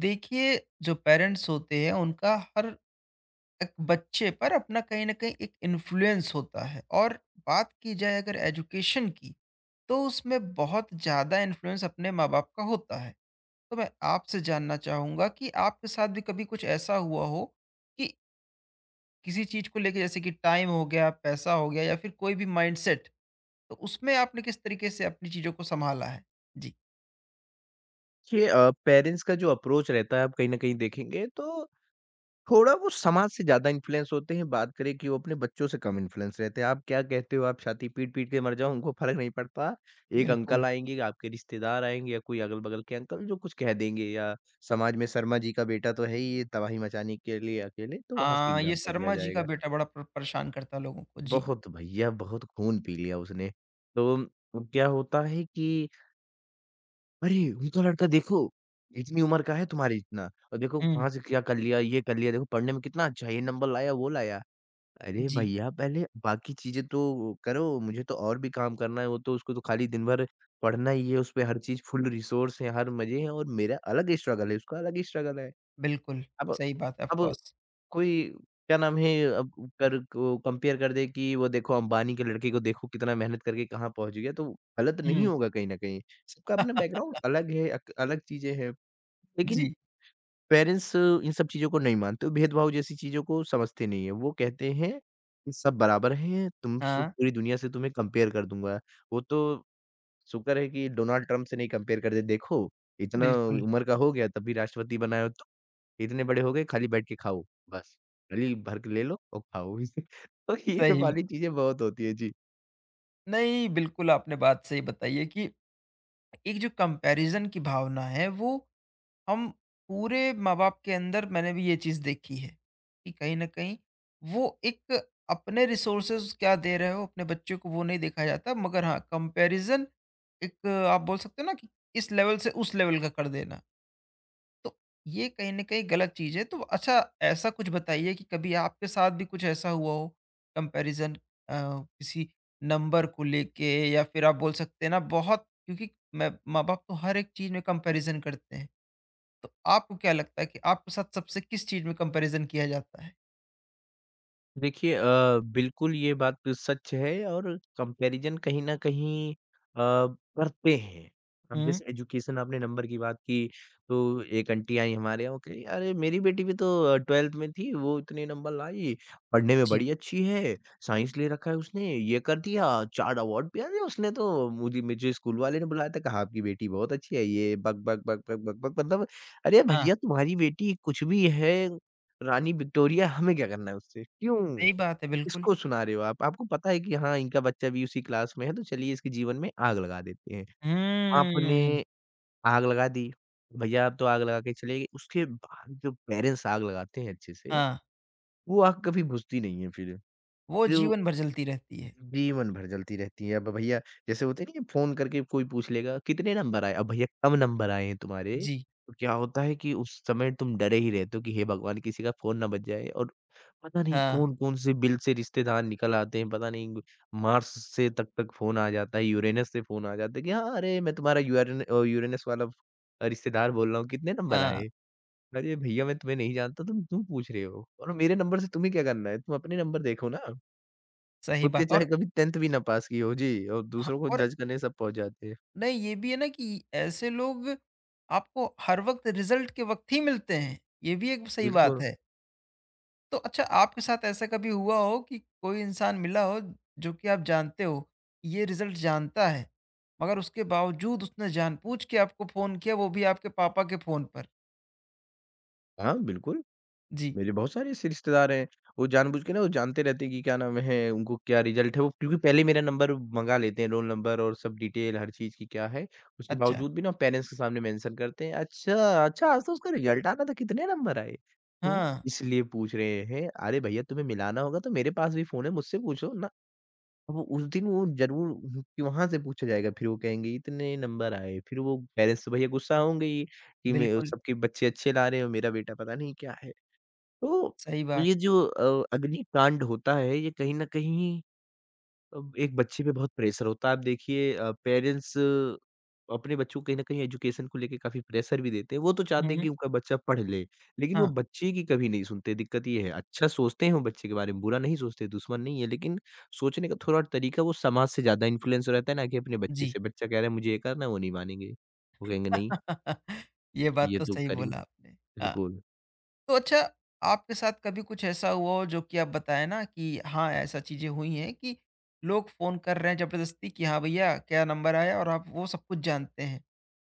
देखिए, जो पेरेंट्स होते हैं उनका हर एक बच्चे पर अपना कहीं न कहीं एक इन्फ्लुएंस होता है और बात की जाए अगर एजुकेशन की, तो उसमें बहुत ज़्यादा इन्फ्लुएंस अपने माँ-बाप का होता है। तो मैं आपसे जानना चाहूँगा कि आपके साथ भी कभी कुछ ऐसा हुआ हो कि किसी चीज़ को लेके जैसे कि टाइम हो गया, पैसा हो गया या फिर कोई भी माइंडसेट, तो उसमें आपने किस तरीके से अपनी चीज़ों को सँभाला है? जी। देखिए पेरेंट्स का जो अप्रोच रहता है आप कहीं न कहीं देखेंगे तो थोड़ा वो समाज से ज़्यादा इन्फ्लुएंस होते हैं, बात करें कि वो अपने बच्चों से कम इन्फ्लुएंस रहते हैं। आप क्या कहते हो? आप छाती पीट-पीट के मर जाओ उनको फ़र्क नहीं पड़ता। एक बिल्कुल। अंकल आएँगे, आपके रिश्तेदार आएँगे या कोई अगल-बगल के अंकल जो कुछ कह देंगे या समाज में शर्मा जी का बेटा तो है ही ये तबाही मचाने के लिए अकेले, तो वहाँ से हाँ, ये एग्ज़ाम्पल लिया शर्मा जी का जाएगा। बेटा बड़ा प परेशान करता है लोगों को। जी। बहुत भैया बहुत खून पी लिया उसने। तो अब क्या होता है कि अरे! वो तो लड़का देखो, इतनी उम्र का है तुम्हारे जितना और देखो कहाँ हुँ। से क्या कर लिया, ये कर लिया, देखो पढ़ने में कितना अच्छा है, ये नंबर लाया, वो लाया। अरे जी, भैया पहले बाकी चीज़ें तो करो, मुझे तो और भी काम करना है, वो तो उसको तो खाली दिन भर पढ़ना ही है, उसपे हर चीज़ फुल रिसोर्स है, हर मज़े हैं और मेरा अलग स्ट्रगल है, उसका अलग स्ट्रगल है। बिल्कुल, अब सही बात है ऑफ़ अब कोर्स। कोई क्या नाम है अब कर को कंपेयर कर दे कि वो देखो अंबानी के लड़के को देखो कितना मेहनत करके कहाँ पहुँच गया, तो गलत नहीं हुँ। होगा कहीं न कहीं। सबका अपना बैकग्राउंड अलग है, अक अलग चीज़ें हैं। लेकिन जी, पेरेंट्स इन सब चीज़ों को नहीं मानते, भेदभाव जैसी चीज़ों को समझते नहीं हैं। वो कहते हैं कि सब बराबर हैं, तुम सब हाँ, पूरी दुनिया से तुम्हें कंपेयर कर दूँगा। वो तो शुक्र है कि डोनाल्ड ट्रम्प से नहीं कंपेयर कर दे, देखो इतना बिल्कुल, उम्र का हो गया तब भी राष्ट्रपति बना है। इतने बड़े हो गए खाली बैठ के खाओ, बस। थाली भर के ले लो और खाओ। तो ये सही ब वाली चीज़ें बहुत होती हैं। जी। नहीं, बिल्कुल आपने बात सही बताई है कि एक जो कंपैरिज़न की भावना है, वो हम पूरे माँ-बाप के अंदर मैंने भी ये चीज़ देखी है, कि कहीं न कहीं वो एक अपने रिसोर्सेज़ क्या दे रहे हो, अपने बच्चों को वो नहीं देखा जाता, मगर हाँ, कंपैरिज़न एक आप बोल सकते हो ना कि इस लेवल से उस लेवल का कर देना। तो ये कहीं न कहीं गलत चीज़ है। तो अच्छा ऐसा कुछ बताइए कि कभी आपके साथ भी कुछ ऐसा हुआ हो कंपैरिज़न किसी नंबर को लेके या फिर आप बोल सकते हैं ना बहुत क्योंकि मैं माँ-बाप तो हर एक चीज़ में कंपैरिज़न करते हैं। तो आपको क्या लगता है कि आपके साथ सबसे किस चीज़ में कंपैरिज़न किया जाता है? देखिए बिल्कुल ये बात तो सच है और कंपैरिज़न कहीं न कहीं करते हैं। अब हुँ, जैसे एजुकेशन आपने नंबर की बात की, तो एक आंटी आई हमारे यहाँ, वो कह रही, "अरे! मेरी बेटी भी तो 12th में थी, वो इतने नंबर लाई, पढ़ने में जी। बड़ी अच्छी है, साइंस ले रखा है उसने, ये कर दिया, 4 अवार्ड भी अरे! उसने तो मुझे मुझे स्कूल वाले ने बुलाया था, कहा आपकी बेटी बहुत अच्छी है, ये बक, बक, बक, बक, बक, बक।" मतलब अरे हाँ, भैया तुम्हारी बेटी कुछ भी है, रानी विक्टोरिया, हमें क्या करना है उससे? क्यों? सही बात है, बिल्कुल। किसको सुना रहे हो आप? आपको पता है कि हाँ, इनका बच्चा भी उसी क्लास में है, तो चलिए इसके जीवन में आग लगा देते हैं। आपने हुँ, आग लगा दी, भैया आप तो आग लगा के चले गए, उसके बाद जो पेरेंट्स आग लगाते हैं अच्छे से, हाँ, वो आग कभी बुझती नहीं है फिर। वो फिर जीवन भर चलती रहती है। जीवन भर जलती रहती है। अब भैया जैसे होते नहीं है फ़ोन करके कोई पूछ लेगा कितने नंबर आए? अब भैया कम नंबर आए हैं तुम्हारे, जी, तो क्या होता है कि उस समय तुम डरे ही रहते हो कि हे भगवान! किसी का फ़ोन ना बज जाए और पता नहीं हाँ, कौन-कौन से बिल से रिश्तेदार निकल आते हैं, पता नहीं मार्स से तक तक फ़ोन आ जाता है, यूरेनस से फ़ोन आ जाता है कि हाँ, अरे मैं तुम्हारा यूरेनस वाला रिश्तेदार बोल रहा हूँ, कितने नंबर हाँ, आए? अरे भैया मैं तुम्हें नहीं जानता तुम क्यों पूछ रहे हो? और मेरे नंबर से तुम्हें क्या करना है? तुम अपने नंबर देखो ना। सही खुद के बात। चाहे और कभी 10th भी ना पास की हो। जी, और ह दूसरों को और जज करने सब पहुँच जाते हैं। नहीं, ये भी है ना कि ऐसे लोग आपको हर वक्त रिजल्ट के वक्त ही मिलते हैं, ये भी एक सही बात बिल्कुल। है। तो अच्छा आपके साथ ऐसा कभी हुआ हो कि कोई इंसान मिला हो जो कि आप जानते हो, कि ये रिजल्ट जानता है, मगर उसके बावजूद उसने जानबूझ के आपको फ़ोन किया वो भी आपके पापा के फ़ोन पर? हाँ, बिल्कुल। जी, मेरे बहुत सारे ऐसे रिश्तेदार हैं, वो जानबूझ के ना वो जानते रहते हैं कि क्या नाम है, उनको क्या रिज़ल्ट है, वो क्योंकि पहले ही मेरा नंबर मँगा लेते हैं, रोल नंबर और सब डिटेल हर चीज़ की क्या है। उसके अच्छा। बावजूद भी ना पेरेंट्स के सामने मेंशन करते हैं, "अच्छा, अच्छा आज तो उसका रिज़ल्ट आना था, कितने नंबर आए?" वो हाँ, इसलिए पूछ रहे हैं। अरे भैया तुम्हें मिलाना होगा तो मेरे पास भी फ़ोन है, मुझसे पूछो ना। वो उस दिन वो ज़रूर उहुँ, कि वहाँ से पूछा जाएगा फिर वो कहेंगे इतने नंबर आए, फिर वो पेरेंट्स तो भैया गुस्सा होंगे ही, कि मैं बिल्कुल, सबके बच्चे अच्छे ला रहे हैं और मेरा बेटा पता नहीं क्या है। तो सही बात। ये जो अग्निकांड होता है ये कहीं न कहीं अब एक बच्चे पे बहुत प्रेशर होता है। आप देखिए पेरेंट्स अपने बच्चों को कहीं न कहीं एजुकेशन को लेके काफ़ी प्रेशर भी देते हैं। वो तो चाहते हैं हुँ, कि उनका बच्चा पढ़ ले, लेकिन वो हाँ, बच्चे की कभी नहीं सुनते, दिक्कत ये है। अच्छा सोचते हैं वो बच्चे के बारे में, बुरा नहीं सोचते, दुश्मन नहीं है, लेकिन सोचने का थोड़ा तरीका वो समाज से ज़्यादा इन्फ्लुएंस हो रहता है ना कि अपने बच्चे जी। से। बच्चा कह रहा है मुझे ये करना है, वो नहीं मानेंगे। वो कहेंगे नहीं, ये बात ये तो तो सही कर ही बोला ना आपने। हाँ। बिल्कुल। तो अच्छा आपके साथ कभी कुछ ऐसा हुआ हो जो कि आप बताएं ना कि हाँ ऐसा चीजें हुई हैं कि लोग फोन कर रहे हैं जबरदस्ती कि हाँ भैया क्या नंबर आया और आप वो सब कुछ जानते हैं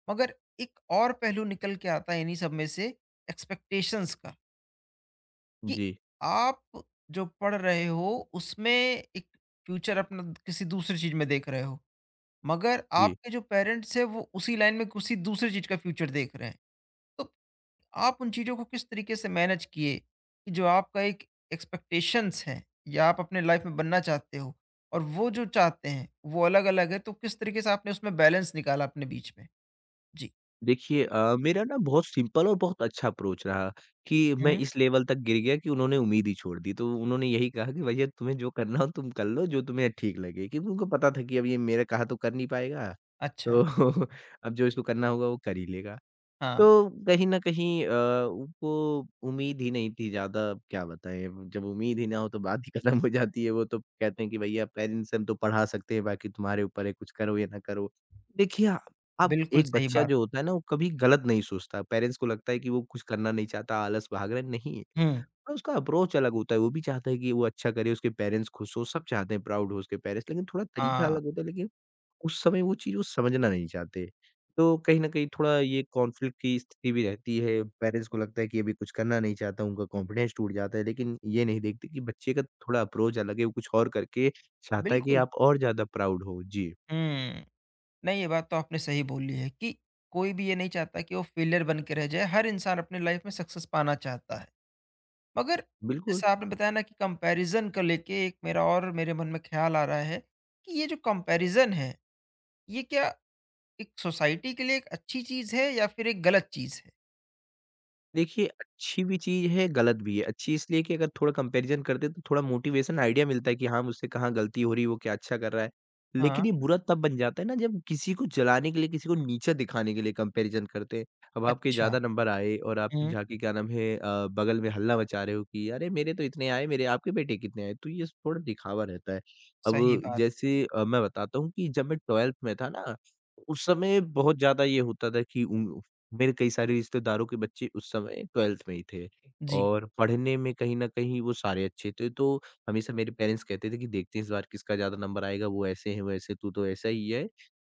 मगर एक और पहलू निकल के आता है इन्हीं सब में से एक्सपेक्टेशंस का कि जी, आप जो पढ़ रहे हो उसमें एक फ्यूचर अपना किसी दूसरी चीज में देख रहे हो मगर जी। आपके जो पेरेंट्स हैं वो उसी लाइन में किसी दूसरी चीज का फ्यूचर देख रहे हैं। तो आप उन चीज़ों को किस तरीके से मैनेज किए कि जो आपका एक एक्सपेक्टेशंस है या आप अपने लाइफ में बनना चाहते हो और वो जो चाहते हैं वो अलग अलग है, तो किस तरीके से आपने उसमें बैलेंस निकाला अपने बीच में? जी। देखिए मेरा ना बहुत सिंपल और बहुत अच्छा अप्रोच रहा कि मैं हम्म। इस लेवल तक गिर गया कि उन्होंने उम्मीद ही छोड़ दी। तो उन्होंने यही कहा कि भैया तुम्हें जो करना हो तुम कर लो, जो तुम्हें ठीक लगे। क्योंकि उनको पता था कि अब ये मेरा कहा तो कर नहीं पाएगा, अच्छा। तो अब जो इसको करना होगा वो कर ही लेगा। हाँ। तो कहीं न कहीं उनको उम्मीद ही नहीं थी ज़्यादा अब क्या बताएँ अब जब उम्मीद ही ना हो तो बात ही खत्म हो जाती है। वो तो कहते हैं कि भैया पेरेंट्स से हम तो पढ़ा सकते हैं बाकी तुम्हारे ऊपर है कुछ करो या ना करो। देखिए आ अब बिल्कुल एक सही बच्चा बात। जो होता है ना वो कभी गलत नहीं सोचता। पेरेंट्स को लगता है कि वो कुछ करना नहीं चाहता, आलस भाग रहा है, नहीं। हम्म। और उसका अप्रोच अलग होता है, वो भी चाहता है कि वो अच्छा करे, उसके पेरेंट्स खुश हों, सब चाहते हैं प्राउड हो उसके पेरेंट्स लेकिन थोड़ा तरीका हाँ। अलग होता है लेकिन उस समय वो चीज़ वो समझना नहीं चाहते। तो कहीं न कहीं थोड़ा ये कॉन्फ्लिक्ट की स्थिति भी रहती है, पेरेंट्स को लगता है कि अभी कुछ करना नहीं चाहता, उनका कॉन्फिडेंस टूट जाता है, लेकिन ये नहीं देखते कि बच्चे का थोड़ा अप्रोच अलग है, वो कुछ और करके चाहता है कि बिल्कुल। आप और ज़्यादा प्राउड हो। जी, हम्म। नहीं, ये बात तो आपने सही बोली है कि कोई भी ये नहीं चाहता कि वो फेलियर बन के रह जाए, हर इंसान अपने लाइफ में सक्सेस पाना चाहता है। मगर बिल्कुल। जैसे आपने बताया ना कि कंपैरिज़न को लेके, एक मेरा और मेरे मन में ख़्याल आ रहा है कि ये जो कंपैरिज़न है, ये क्या एक सोसाइटी के लिए एक अच्छी चीज़ है या फिर एक गलत चीज़ है? देखिए, अच्छी भी चीज़ है, गलत भी है। अच्छी इसलिए कि अगर थोड़ा कंपैरिज़न करते हैं, तो थोड़ा मोटिवेशन आइडिया मिलता है कि हाँ, मुझसे कहाँ गलती हो रही है, वो क्या अच्छा कर रहा है। लेकिन हाँ, ये बुरा तब बन जाता है ना, जब किसी को जलाने के लिए, किसी को नीचा दिखाने के लिए कंपैरिज़न करते हैं। अब आपके अच्छा। ज़्यादा नंबर आए और आप हुँ, जाके क्या नाम है बगल में हल्ला मचा रहे हो कि अरे! मेरे तो इतने आए, मेरे आपके बेटे कितने आए? तो ये थोड़ा दिखावा रहता है। सही अब बात। जैसे मैं बताता हूँ कि जब मैं 12th में था ना, उस समय बहुत ज़्यादा ये होता था कि उंग मेरे कई सारे रिश्तेदारों के बच्चे उस समय 12th में ही थे जी। और पढ़ने में कहीं न कहीं वो सारे अच्छे थे, तो हमेशा मेरे पेरेंट्स कहते थे कि देखते हैं इस बार किसका ज़्यादा नंबर आएगा, वो ऐसे है, वैसे तू तो ऐसा ही है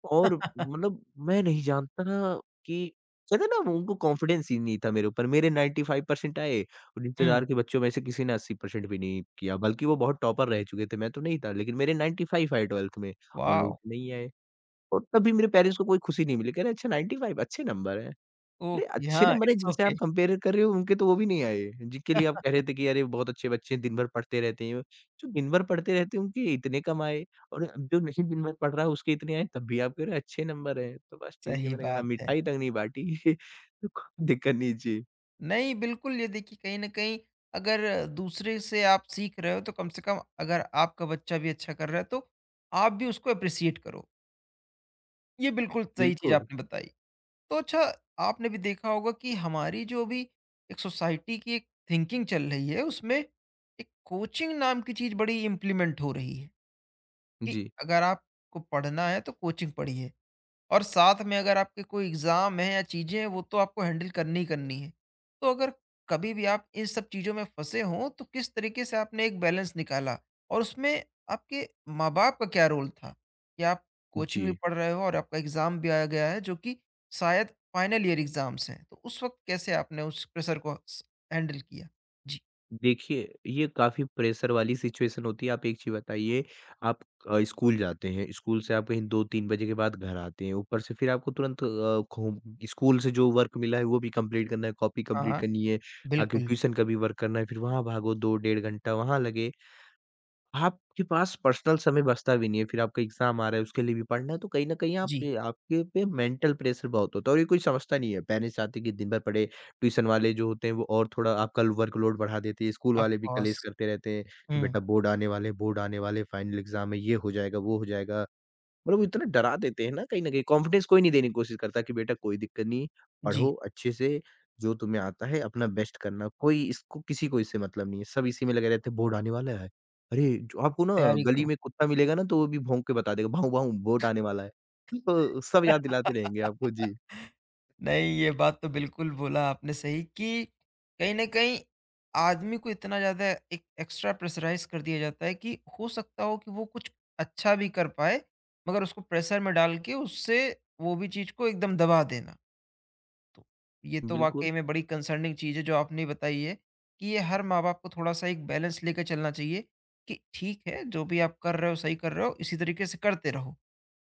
और मतलब मैं नहीं जानता ना कि कहते हैं ना उनको कॉन्फिडेंस ही नहीं था मेरे ऊपर, मेरे 95% आए और हुँ, रिश्तेदार के बच्चों में से किसी ने 80% भी नहीं किया, बल्कि वो बहुत टॉपर रह चुके थे, मैं तो नहीं था, लेकिन मेरे 95 आए 12th में, उन लोगों वॉव! के नहीं आए और तब भी मेरे पेरेंट्स को कोई खुशी नहीं मिली, कह रहे अच्छा 95 अच्छे नंबर हैं। अरे! ओके, अच्छे हाँ, नंबर है इट्स जिनसे ओके। आप कंपेयर कर रहे हो उनके तो वो भी नहीं आए, जिनके लिए आप कह रहे थे कि अरे! बहुत अच्छे बच्चे हैं, दिन भर पढ़ते रहते हैं। जो दिन भर पढ़ते रहते हैं उनके इतने कम आए और जो नहीं दिन भर पढ़ रहा है उसके इतने आए तब भी आप कह रहे हो अच्छे नंबर हैं। तो बस ठीक है सही मैंने कहा बात है। मिठाई तक नहीं बाँटी। तो कोई दिक्कत नहीं जी। नहीं, बिल्कुल, ये देखिए कहीं न कहीं अगर दूसरे से आप सीख रहे हो तो कम से कम अगर आपका बच्चा भी अच्छा कर रहा है तो आप भी उसको एप्रिशिएट करो। ये बिल्कुल सही चीज़ बिल्कुल। आपने बताई। तो अच्छा आपने भी देखा होगा कि हमारी जो अभी एक सोसाइटी की एक थिंकिंग चल रही है उसमें एक कोचिंग नाम की चीज बड़ी इम्प्लीमेंट हो रही है कि जी। अगर आपको पढ़ना है तो कोचिंग पढ़िए और साथ में अगर आपके कोई एग्ज़ाम है या चीज़ें हैं वो तो आपको हैंडल करनी ही करनी है। तो अगर कभी भी आप इन सब चीज़ों में फँसे हों तो किस तरीके से आपने एक बैलेंस निकाला? और उसमें आपके माँ-बाप का क्या रोल था? कि आप कोचिंग भी जी। पढ़ रहे हो और आपका एग्ज़ाम भी आ गया है जो कि शायद फाइनल ईयर एग्ज़ाम्स हैं। तो उस वक़्त कैसे आपने उस प्रेशर को स हैंडल किया? जी। देखिए, ये काफ़ी प्रेशर वाली सिचुएशन होती है। आप एक चीज़ बताइए, आप स्कूल जाते हैं, स्कूल से आप कहीं 2-3 बजे के बाद घर आते हैं। ऊपर से फिर आपको तुरंत अ, होम स्कूल से जो वर्क मिला है, वो भी कंप्लीट करना है, कॉपी हाँ, कंप्लीट हाँ। करनी है, आके बिल्कुल। ट्यूशन का भी वर्क करना है। फिर वहाँ भागो 2 डेढ़ घंटा वहाँ लगे। आपके पास पर्सनल समय बचता भी नहीं है, फिर आपका एग्ज़ाम आ रहा है, उसके लिए भी पढ़ना है, तो कहीं न कहीं आप जी, पे आपके पे मेंटल प्रेशर बहुत होता है और ये कोई समझता नहीं है। पेरेंट्स चाहते हैं कि दिन भर पढ़े, ट्यूशन वाले जो होते हैं वो और थोड़ा आपका वर्कलोड बढ़ा देते हैं, स्कूल ऑफ़ वाले भी कलेश कोर्स। करते रहते हैं कि हुँ। बेटा बोर्ड आने वाले हैं बोर्ड आने वाले हैं, फाइनल एग्ज़ाम है, ये हो जाएगा, वो हो जाएगा। मतलब वो इतना डरा देते हैं ना कहीं न कहीं कॉन्फिडेंस कोई नहीं देने की कोशिश करता कि बेटा कोई दिक्कत नहीं, पढ़ो जी, अच्छे से, जो तुम्हें आता है अपना बेस्ट करना, कोई इसको किसी को इससे मतलब नहीं है, सब इसी में लगे रहते हैं बोर्ड आने वाला है। अरे! जो आपको ना तैयारी गली करो। में कुत्ता मिलेगा ना तो वो भी भौंक के बता देगा, भाऊ भाऊ बोर्ड आने वाला है। तो सब याद दिलाते रहेंगे आपको। जी, नहीं, ये बात तो बिल्कुल बोला आपने सही कि कहीं न कहीं आदमी को इतना ज़्यादा एक एक्स्ट्रा प्रेशराइज़ कर दिया जाता है कि हो सकता हो कि वो कुछ अच्छा भी कर पाए, मगर उसको प्रेशर में डाल के उससे वो भी चीज़ को एकदम दबा देना। तो ये तो बिल्कुल। वाक़ई में बड़ी कंसर्निंग चीज़ है जो आपने बताई है कि ये हर माँ-बाप को थोड़ा-सा एक बैलेंस लेके चलना चाहिए कि ठीक है, जो भी आप कर रहे हो, सही कर रहे हो, इसी तरीके से करते रहो।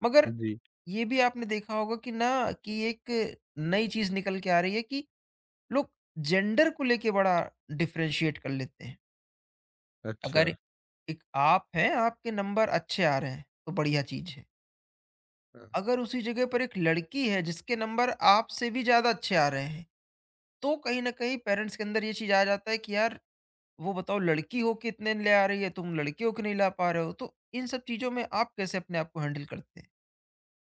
मगर जी, ये भी आपने देखा होगा कि ना कि एक नई चीज़ निकल के आ रही है कि लोग जेंडर को लेके बड़ा डिफरेंशिएट कर लेते हैं। अच्छा। अगर एक आप हैं, आपके नंबर अच्छे आ रहे हैं, तो बढ़िया चीज़ है। हाँ। अगर उसी जगह पर एक लड़की है जिसके नंबर आपसे भी ज़्यादा अच्छे आ रहे हैं, तो कहीं न कहीं पेरेंट्स के अंदर ये चीज़ आ जाता है कि यार वो बताओ लड़की हो के इतने ले आ रही है, तुम लड़के हो के नहीं ला पा रहे हो। तो इन सब चीज़ों में आप कैसे अपने आप को हैंडल करते हैं?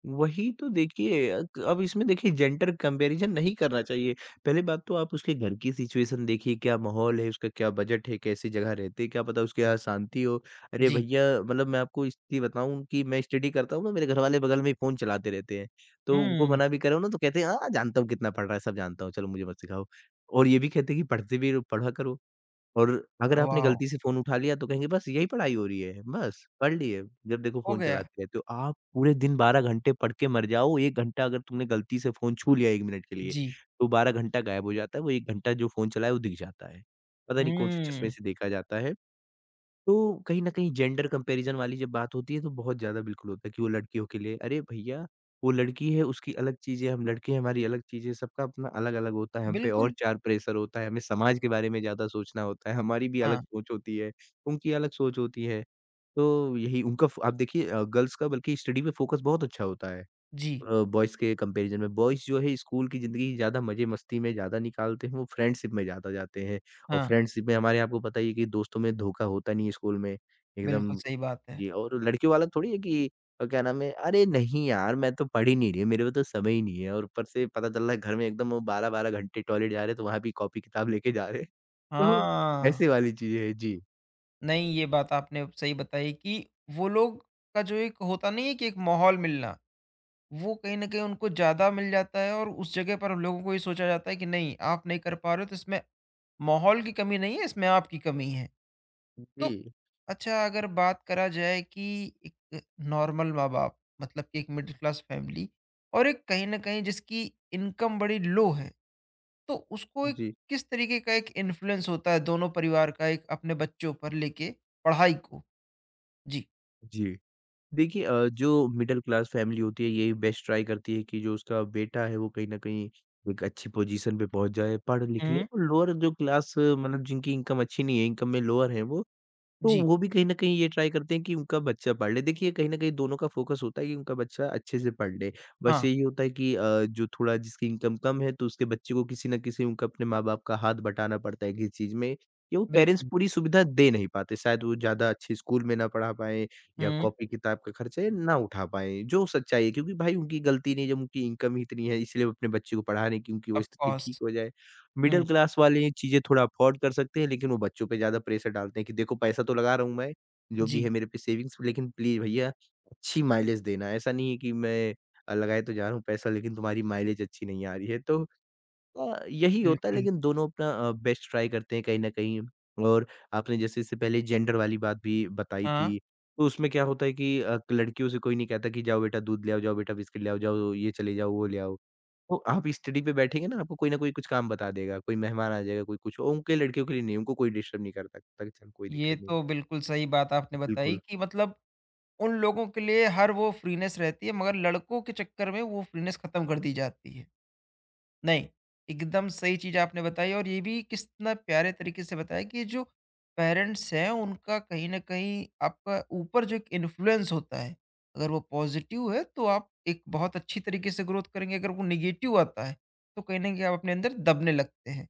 वही तो देखिए, अब इसमें देखिए जेंडर कंपैरिज़न नहीं करना चाहिए। पहली बात तो आप उसके घर की सिचुएशन देखिए क्या माहौल है, उसका क्या बजट है, कैसी जगह रहती है, क्या पता उसके यहाँ शांति हो। अरे जी। भैया मतलब मैं आपको स्थिति बताऊँ कि मैं स्टडी करता हूँ ना मेरे घरवाले बगल में ही फ़ोन चलाते रहते हैं। तो उनको हुँ। मना भी करो ना तो कहते हैं, "हाँ, जानता हूँ कितना पढ़ रहा है, सब जानता हूँ, चलो मुझे मत सिखाओ।" और ये भी कहते हैं कि पढ़ा करो। और अगर आपने वॉव! गलती से फ़ोन उठा लिया तो कहेंगे बस यही पढ़ाई हो रही है, बस पढ़ लिए, जब देखो हो फ़ोन गया। चलाते रहते हो। आप पूरे दिन 12 घंटे पढ़ के मर जाओ, 1 घंटा अगर तुमने गलती से फ़ोन छू लिया 1 मिनट के लिए, जी। तो 12 घंटा गायब हो जाता है, वो 1 घंटा जो फ़ोन चलाया है वो दिख जाता है। पता नहीं कौन से चश्मे हुँ। से देखा जाता है। तो कहीं न कहीं जेंडर कंपैरिज़न वाली जब बात होती है तो बहुत ज़्यादा बिल्कुल होता है कि वो लड़कियों के लिए, अरे भैया! वो लड़की है उसकी अलग चीज़ें, हम लड़के हैं हमारी अलग चीज़ें, सबका अपना अलग-अलग होता है, हम पे और बिल्कुल, 4 प्रेशर होता है, हमें समाज के बारे में ज़्यादा सोचना होता है, हमारी भी अलग हाँ। सोच होती है, उनकी अलग सोच होती है। तो यही उनका फ़ आप देखिए, गर्ल्स का बल्कि स्टडी पे फ़ोकस बहुत अच्छा होता है। जी, बॉयज़ के कंपैरिज़न में। बॉयज़ जो है स्कूल की ज़िंदगी ज़्यादा मज़े-मस्ती में ज़्यादा निकालते हैं, वो फ्रेंडशिप में ज़्यादा जाते हैं और हाँ, फ्रेंडशिप में हमारे आपको पता ही है कि दोस्तों में धोखा होता नहीं है स्कूल में, बिल्कुल एकदम सही बात है। जी और लड़कियों वाला थोड़ी है कि क्या नाम है, "अरे नहीं यार, मैं तो पढ़ ही नहीं रही हूँ, मेरे को तो समय ही नहीं है" और ऊपर से पता चल रहा है घर में एकदम वो 12-12 घंटे टॉयलेट जा रहे हैं, तो वहाँ भी कॉपी किताब लेके जा रहे हैं। तो हाँ, ऐसे वाली चीज़ें हैं। जी। नहीं, ये बात आपने सही बताई कि वो लोग का जो एक होता नहीं है कि एक माहौल मिलना, वो कहीं न कहीं उनको ज़्यादा मिल जाता है और उस जगह पर लोगों को ये सोचा जाता है कि नहीं आप नहीं कर पा रहे हो तो इसमें माहौल की कमी नहीं है, इसमें आपकी कमी है। तो जी। अच्छा अगर बात करा जाए कि एक नॉर्मल माँ-बाप मतलब कि एक मिडिल क्लास फैमिली और एक कहीं न कहीं जिसकी इनकम बड़ी लो है। तो उसको एक जी। किस तरीके का एक इन्फ्लुएंस होता है दोनों परिवार का एक अपने बच्चों पर लेके पढ़ाई को? जी। जी। देखिए जो मिडल क्लास फैमिली होती है यही बेस्ट ट्राई करती है कि जो उसका बेटा है वो कहीं न कहीं एक अच्छी पोजीशन पे पहुँच जाए, पढ़ लिख ले हुँ। और लोअर जो क्लास मतलब जिनकी इनकम अच्छी नहीं है, इनकम में लोअर है वो, तो जी, वो भी कहीं न कहीं ये ट्राई करते हैं कि उनका बच्चा पढ़ ले। देखिए कहीं न कहीं दोनों का फ़ोकस होता है कि उनका बच्चा अच्छे से पढ़ ले। बस हाँ, यही होता है कि जो थोड़ा जिसकी इनकम कम है तो उसके बच्चे को किसी न किसी उनका अपने माँ-बाप का हाथ बटाना पड़ता है किसी चीज़ में, या वो पेरेंट्स बिल्कुल। पूरी सुविधा दे नहीं पाते। शायद वो ज़्यादा अच्छे स्कूल में ना पढ़ा पाएँ या हुँ, कॉपी-किताब का खर्चा ये ना उठा पाएँ, जो सच्चाई है। क्योंकि भाई उनकी गलती नहीं जब उनकी इनकम ही इतनी है इसलिए वो अपने बच्चे को पढ़ा रहे हैं कि उनकी वो ऑफ़ स्थिति ठीक कोर्स। हो जाए। हुँ, मिडल क्लास वाले ये चीज़ें थोड़ा अफ़ोर्ड कर सकते हैं, लेकिन वो बच्चों पे ज़्यादा प्रेशर डालते हैं कि देखो पैसा तो लगा रहा हूँ मैं, जो भी है जी, मेरे पे सेविंग्स लेकिन प्लीज़ भैया अच्छी माइलेज देना। ऐसा नहीं है कि मैं लगाए तो जा रहा हूँ पैसा लेकिन तुम्हारी माइलेज अच्छी नहीं आ रही है। तो यही होता है बिल्कुल। लेकिन दोनों अपना बेस्ट ट्राई करते हैं कहीं न कहीं और आपने जैसे इससे पहले जेंडर वाली बात भी बताई हाँ, थी, तो उसमें क्या होता है कि लड़कियों से कोई नहीं कहता कि जाओ बेटा दूध ले आओ, जाओ बेटा बिस्किट ले आओ, जाओ ये चले जाओ, वो ले आओ। तो आप स्टडी पे बैठेंगे ना, आपको कोई न कोई कुछ काम बता देगा, कोई मेहमान आ जाएगा, कोई कुछ उनके लड़कियों के लिए नहीं, उनको कोई डिस्टर्ब नहीं करता कहता कि चल कोई ये दिक्कत नहीं। तो बिल्कुल सही बात आपने बताई बिल्कुल। कि मतलब उन लोगों के लिए हर वो फ्रीनेस रहती है मगर लड़कों के चक्कर में वो फ्रीनेस खत्म कर दी जाती है। नहीं, एकदम सही चीज़ आपने बताई और ये भी कितना प्यारे तरीके से बताया कि जो पेरेंट्स हैं, उनका कहीं न कहीं आपका ऊपर जो एक इन्फ्लुएंस होता है, अगर वो पॉज़िटिव है, तो आप एक बहुत अच्छी तरीके से ग्रोथ करेंगे, अगर वो नेगेटिव आता है, तो कहीं न कहीं आप अपने अंदर दबने लगते हैं।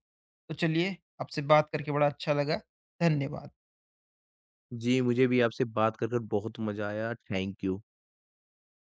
तो चलिए, आपसे बात करके बड़ा अच्छा लगा। धन्यवाद। जी, मुझे भी आपसे बात कर बहुत मज़ा आया, थैंक यू।